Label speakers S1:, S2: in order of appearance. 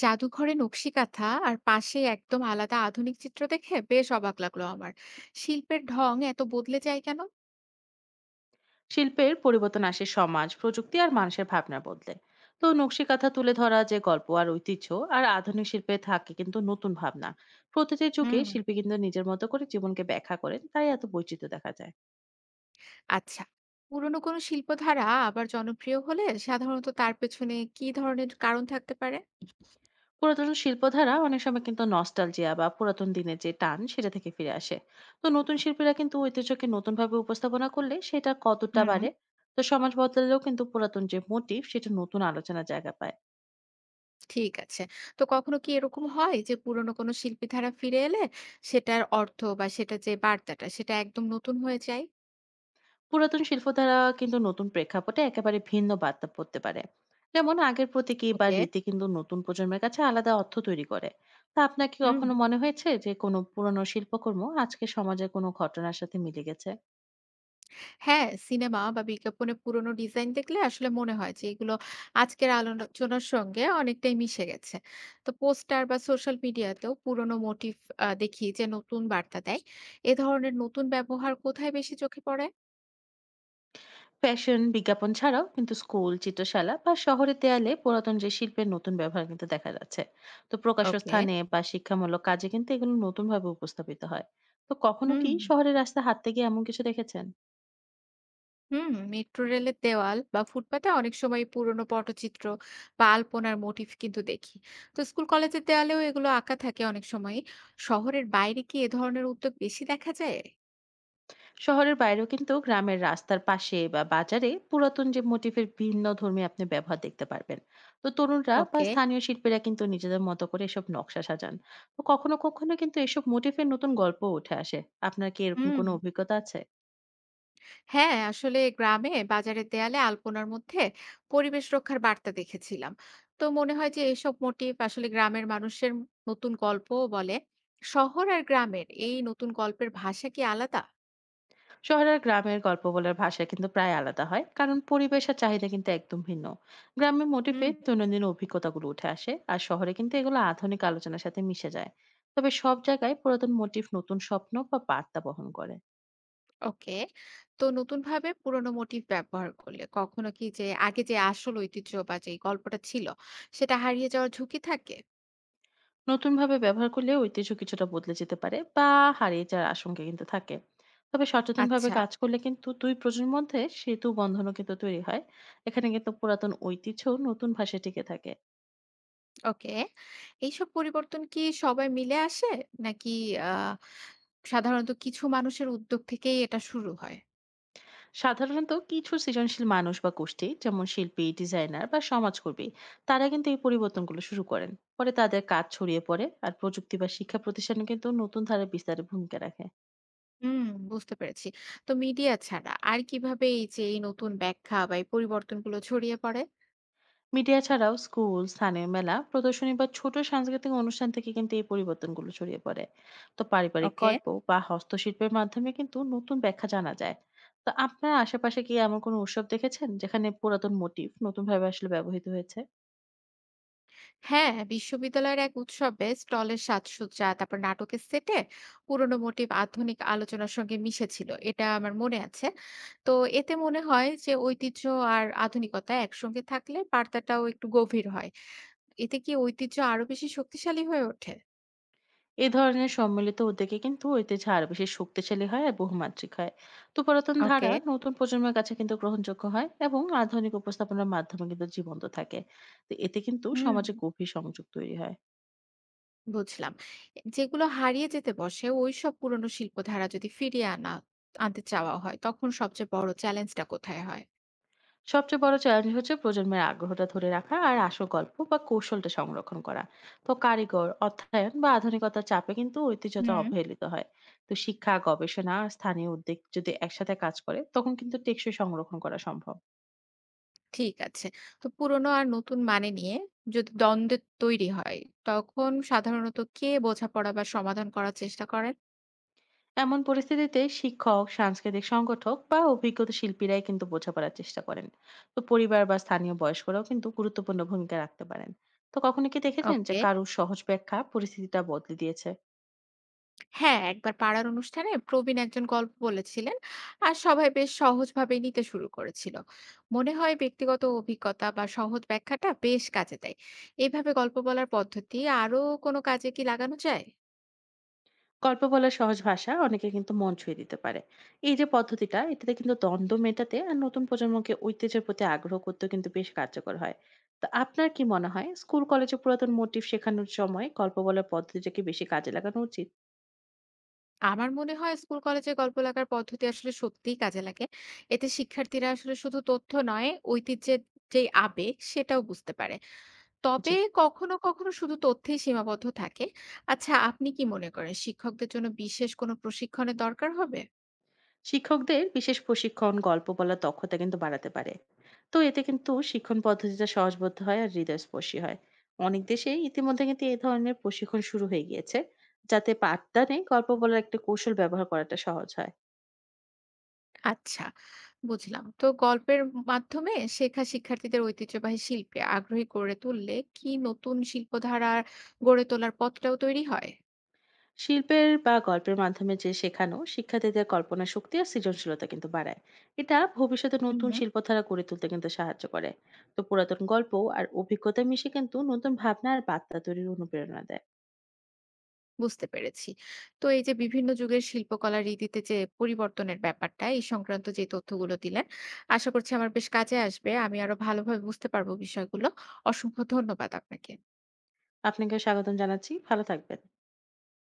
S1: জাদুঘরে নকশি কাঁথা আর পাশে একদম আলাদা আধুনিক চিত্র দেখে বেশ অবাক লাগলো আমার। শিল্পের ঢং এত বদলে যায় কেন?
S2: শিল্পের পরিবর্তন আসে সমাজ প্রযুক্তি আর মানুষের ভাবনা বদলে। তো নকশি কাঁথা তুলে ধরা যে গল্প আর ঐতিহ্য আর আধুনিক শিল্পে থাকে কিন্তু নতুন ভাবনা। প্রতিটি যুগে
S1: হুম।
S2: শিল্পী কিন্তু নিজের মতো করে জীবনকে ব্যাখ্যা করেন, তাই এত বৈচিত্র্য দেখা যায়।
S1: আচ্ছা। পুরনো কোনো শিল্পধারা আবার জনপ্রিয় হলে সাধারণত তার পেছনে কি ধরনের কারণ থাকতে পারে?
S2: পুরাতন শিল্পধারা অনেক সময় কিন্তু নস্টালজিয়া বা পুরাতন দিনের যে টান সেটা থেকে ফিরে আসে। তো নতুন শিল্পীরা কিন্তু ঐতিহ্যকে নতুন ভাবে উপস্থাপনা করলে সেটা কতটা
S1: হুম।
S2: বাড়ে। তো সমাজ বদলালেও কিন্তু পুরাতন যে মোটিভ সেটা নতুন আলোচনার জায়গা পায়।
S1: ঠিক আছে। তো কখনো কি এরকম হয় যে পুরনো কোনো শিল্পী ধারা ফিরে এলে সেটার অর্থ বা সেটা যে বার্তাটা সেটা একদম নতুন হয়ে যায়?
S2: পুরাতন শিল্পধারা কিন্তু নতুন প্রেক্ষাপটে একেবারে ভিন্ন বার্তা পড়তে পারে। যেমন আগের প্রতীকী বা
S1: ওকে।
S2: রীতি কিন্তু নতুন প্রজন্মের কাছে আলাদা অর্থ তৈরি করে। তা আপনার কি
S1: হুম।
S2: কখনো মনে হয়েছে যে কোনো পুরনো শিল্পকর্ম আজকে সমাজের কোনো ঘটনার সাথে মিলে গেছে?
S1: হ্যাঁ, সিনেমা বা বিজ্ঞাপনে পুরোনো ডিজাইন দেখলে আসলে মনে হয় যে এগুলো আজকের আলোচনার সঙ্গে অনেকটাই মিশে গেছে। তো পোস্টার বা সোশ্যাল মিডিয়াতেও পুরোনো মোটিভ দেখি যে নতুন বার্তা দেয়। এ ধরনের নতুন ব্যবহার কোথায় বেশি চোখে পড়ে?
S2: ফ্যাশন বিজ্ঞাপন ছাড়াও কিন্তু স্কুল চিত্রশালা বা শহরের দেয়ালে পুরাতন যে শিল্পের নতুন ব্যবহার কিন্তু দেখা যাচ্ছে। তো প্রকাশ্য
S1: ওকে।
S2: স্থানে বা শিক্ষামূলক কাজে কিন্তু এগুলো নতুন ভাবে উপস্থাপিত হয়। তো কখনো
S1: হুম,
S2: কি শহরের রাস্তায় হাঁটতে গিয়ে এমন কিছু দেখেছেন?
S1: হুম। মেট্রো রেলের দেওয়াল বা ফুটপাতে অনেক সময় পুরোনো পটচিত্র বা আলপনার মোটিভ কিন্তু দেখি। তো স্কুল কলেজের দেয়ালেও এগুলো আঁকা থাকে অনেক সময়ই। শহরের বাইরে কি এ ধরনের উদ্যোগ বেশি দেখা যায়?
S2: শহরের বাইরেও কিন্তু গ্রামের রাস্তার পাশে বা বাজারে পুরাতন যে মোটিফের ভিন্ন ধর্মী আপনি ব্যবহার দেখতে পারবেন। তো তরুণরা বা
S1: ওকে।
S2: স্থানীয় শিল্পীরা কিন্তু নিজেদের মতো করে এসব নকশা সাজান। তো কখনো কখনো কিন্তু এসব মোটিফের নতুন গল্প উঠে আসে। আপনার কি এরকম
S1: হুম।
S2: কোনো অভিজ্ঞতা আছে?
S1: হ্যাঁ, আসলে গ্রামে বাজারের দেয়ালে আলপনার মধ্যে পরিবেশ রক্ষার বার্তা দেখেছিলাম। তো মনে হয় যে এসব মোটিভ আসলে গ্রামের মানুষের নতুন গল্পও বলে। শহর আর গ্রামের এই নতুন গল্পের ভাষা কি আলাদা?
S2: শহরের আর গ্রামের গল্প বলার ভাষা কিন্তু প্রায় আলাদা হয়, কারণ পরিবেশ আর চাহিদা কিন্তু একদম ভিন্ন। গ্রামের মোটিফে
S1: হুম।
S2: দৈনন্দিন অভিজ্ঞতাগুলো উঠে আসে আর শহরে কিন্তু এগুলো আধুনিক আলোচনার সাথে মিশে যায়। তবে সব জায়গায় পুরাতন মোটিফ নতুন স্বপ্ন বা বার্তা বহন করে।
S1: ওকে। তো নতুনভাবে পুরনো মোটিভ ব্যবহার করলে কখনো কি যে আগে যে আসল ঐতিহ্য বা যে গল্পটা ছিল সেটা হারিয়ে যাওয়ার ঝুঁকি থাকে?
S2: নতুনভাবে ব্যবহার করলে ঐতিহ্য কিছুটা বদলে যেতে পারে বা হারিয়ে যাওয়ার আশঙ্কা কিন্তু থাকে। তবে সচেতনভাবে
S1: আচ্ছা,
S2: কাজ করলে কিন্তু দুই প্রজন্মের মধ্যে সেতু বন্ধনও কিন্তু তৈরি হয়। এখানে কিন্তু পুরাতন ঐতিহ্য নতুন ভাষায় টিকে থাকে।
S1: ওকে। এইসব পরিবর্তন কি সবাই মিলে আসে? নাকি আ সাধারণত কিছু মানুষের উদ্যোগ থেকেই এটা শুরু হয়।
S2: সাধারণত কিছু সৃজনশীল মানুষ বা গোষ্ঠী, যেমন শিল্পী ডিজাইনার বা সমাজকর্মী, তারা কিন্তু এই পরিবর্তনগুলো শুরু করেন। পরে তাদের কাজ ছড়িয়ে পড়ে আর প্রযুক্তি বা শিক্ষা প্রতিষ্ঠানে কিন্তু নতুন ধারা বিস্তারে ভূমিকা রাখে।
S1: হুম, বুঝতে পেরেছি। তো মিডিয়া ছাড়া আর কিভাবে এই নতুন ব্যাখ্যা বা এই পরিবর্তনগুলো ছড়িয়ে পড়ে?
S2: মিডিয়া ছাড়াও স্কুল, স্থানীয় মেলা, প্রদর্শনী বা ছোট সাংস্কৃতিক অনুষ্ঠান থেকে কিন্তু এই পরিবর্তনগুলো ছড়িয়ে পড়ে। তো পারিবারিক
S1: ওকে।
S2: গল্প বা হস্তশিল্পের মাধ্যমে কিন্তু নতুন ব্যাখ্যা জানা যায়। তো আপনার আশেপাশে কি এমন কোনো উৎসব দেখেছেন যেখানে পুরাতন মোটিভ নতুন ভাবে আসলে ব্যবহৃত হয়েছে?
S1: হ্যাঁ, বিশ্ববিদ্যালয়ের এক উৎসবে স্টলের সাজসজ্জা, তারপর নাটকের সেটে পুরনো মোটিভ আধুনিক আলোচনার সঙ্গে মিশেছিল। এটা আমার মনে আছে। তো এতে মনে হয় যে ঐতিহ্য আর আধুনিকতা একসঙ্গে থাকলে বার্তাটাও একটু গভীর হয়। এতে কি ঐতিহ্য আরো বেশি শক্তিশালী হয়ে ওঠে?
S2: এই ধরনের সম্মিলিত উদ্যোগে কিন্তু ঐতিহ্য আরো বেশি শক্তিশালী হয় আর বহুমাত্রিক হয়। তো পুরাতন ধারা
S1: ওকে।
S2: নতুন প্রজন্মের কাছে কিন্তু গ্রহণযোগ্য হয় এবং আধুনিক উপস্থাপনার মাধ্যমে কিন্তু জীবন্ত থাকে। তো এতে কিন্তু
S1: হুম।
S2: সমাজে গভীর সংযোগ তৈরি হয়।
S1: বুঝলাম। যেগুলো হারিয়ে যেতে বসে ওইসব পুরনো শিল্পধারা যদি ফিরিয়ে আনতে চাওয়া হয়, তখন সবচেয়ে বড় চ্যালেঞ্জটা কোথায় হয়?
S2: সবচেয়ে বড় চ্যালেঞ্জ হচ্ছে প্রজন্মের আগ্রহটা ধরে রাখা আর আসল গল্প বা কৌশলটা সংরক্ষণ করা। তো কারিগর অর্থায়ন বা আধুনিকতার চাপে কিন্তু ঐতিহ্যটা
S1: হুম।
S2: অবহেলিত হয়। তো শিক্ষা গবেষণা আর স্থানীয় উদ্যোগ যদি একসাথে কাজ করে তখন কিন্তু টেকসই সংরক্ষণ করা সম্ভব।
S1: ঠিক আছে। তো পুরনো আর নতুন মানে নিয়ে যদি দ্বন্দ্বের তৈরি হয়, তখন সাধারণত কে বোঝাপড়া বা সমাধান করার চেষ্টা করেন?
S2: এমন পরিস্থিতিতে শিক্ষক সাংস্কৃতিক সংগঠক বা অভিজ্ঞত শিল্পীরাই কিন্তু বোঝাপড়ার চেষ্টা করেন। তো পরিবার বা স্থানীয় বয়স্করাও কিন্তু গুরুত্বপূর্ণ ভূমিকা রাখতে পারেন। তো কখনো কি দেখেছেন যে
S1: ওকে।
S2: কারুর সহজ ব্যাখ্যা পরিস্থিতিটা বদলে দিয়েছে?
S1: হ্যাঁ, একবার পাড়ার অনুষ্ঠানে প্রবীণ একজন গল্প বলেছিলেন আর সবাই বেশ সহজভাবেই নিতে শুরু করেছিল। মনে হয় ব্যক্তিগত অভিজ্ঞতা বা সহজ ব্যাখ্যাটা বেশ কাজে দেয়। এইভাবে গল্প বলার পদ্ধতি আরো কোনো কাজে কি লাগানো যায়?
S2: গল্প বলার সহজ ভাষা অনেকে কিন্তু মন ছুঁয়ে দিতে পারে। এই যে পদ্ধতিটা এটাতে কিন্তু দ্বন্দ্ব মেটাতে আর নতুন প্রজন্মকে ঐতিহ্যের প্রতি আগ্রহ করতেও কিন্তু বেশ কার্যকর হয়। তো আপনার কি মনে হয় স্কুল কলেজে পুরাতন মোটিভ শেখানোর সময় গল্প বলার পদ্ধতিটা কি বেশি কাজে লাগানো উচিত?
S1: আমার মনে হয় স্কুল কলেজে গল্প লাগার পদ্ধতি আসলে সত্যিই কাজে লাগে। এতে শিক্ষার্থীরা আসলে শুধু তথ্য নয় ঐতিহ্যের যে আবেগ সেটাও বুঝতে পারে।
S2: জি।
S1: তবে কখনো, কখনো শুধু তথ্যেই সীমাবদ্ধ থাকে। আচ্ছা, আপনি কি মনে করেন শিক্ষকদের জন্য বিশেষ কোনো প্রশিক্ষণের দরকার হবে?
S2: শিক্ষকদের বিশেষ প্রশিক্ষণ গল্প বলার দক্ষতা কিন্তু বাড়াতে পারে। তো এতে কিন্তু শিক্ষণ পদ্ধতিটা সহজবোধ্য হয় আর হৃদয়স্পর্শী হয়। অনেক দেশেই ইতিমধ্যে কিন্তু এই ধরনের প্রশিক্ষণ শুরু হয়ে গিয়েছে, যাতে পাঠদানে গল্প বলার একটা কৌশল ব্যবহার করাটা সহজ হয়।
S1: আচ্ছা, বুঝলাম। তো গল্পের মাধ্যমে শেখা শিক্ষার্থীদের ঐতিহ্যবাহী শিল্পে আগ্রহী করে তুললে কি নতুন শিল্পধারা গড়ে তোলার পথটাও তৈরি হয়?
S2: শিল্পের বা গল্পের মাধ্যমে যে শেখানো শিক্ষার্থীদের কল্পনা শক্তি আর সৃজনশীলতা কিন্তু বাড়ায়। এটা ভবিষ্যতে
S1: হুম।
S2: নতুন শিল্পধারা গড়ে তুলতে কিন্তু সাহায্য করে। তো পুরাতন গল্প আর অভিজ্ঞতা মিশে কিন্তু নতুন ভাবনা আর বার্তা তৈরির অনুপ্রেরণা দেয়।
S1: বুঝতে পেরেছি। তো এই যে বিভিন্ন যুগের শিল্পকলা রীতিতে যে পরিবর্তনের ব্যাপারটা, এই সংক্রান্ত যে তথ্যগুলো দিলেন, আশা করছি আমার বেশ কাজে আসবে। আমি আরো ভালোভাবে বুঝতে পারবো বিষয়গুলো। অসংখ্য ধন্যবাদ আপনাকে।
S2: আপনাকে স্বাগতম জানাচ্ছি, ভালো থাকবেন।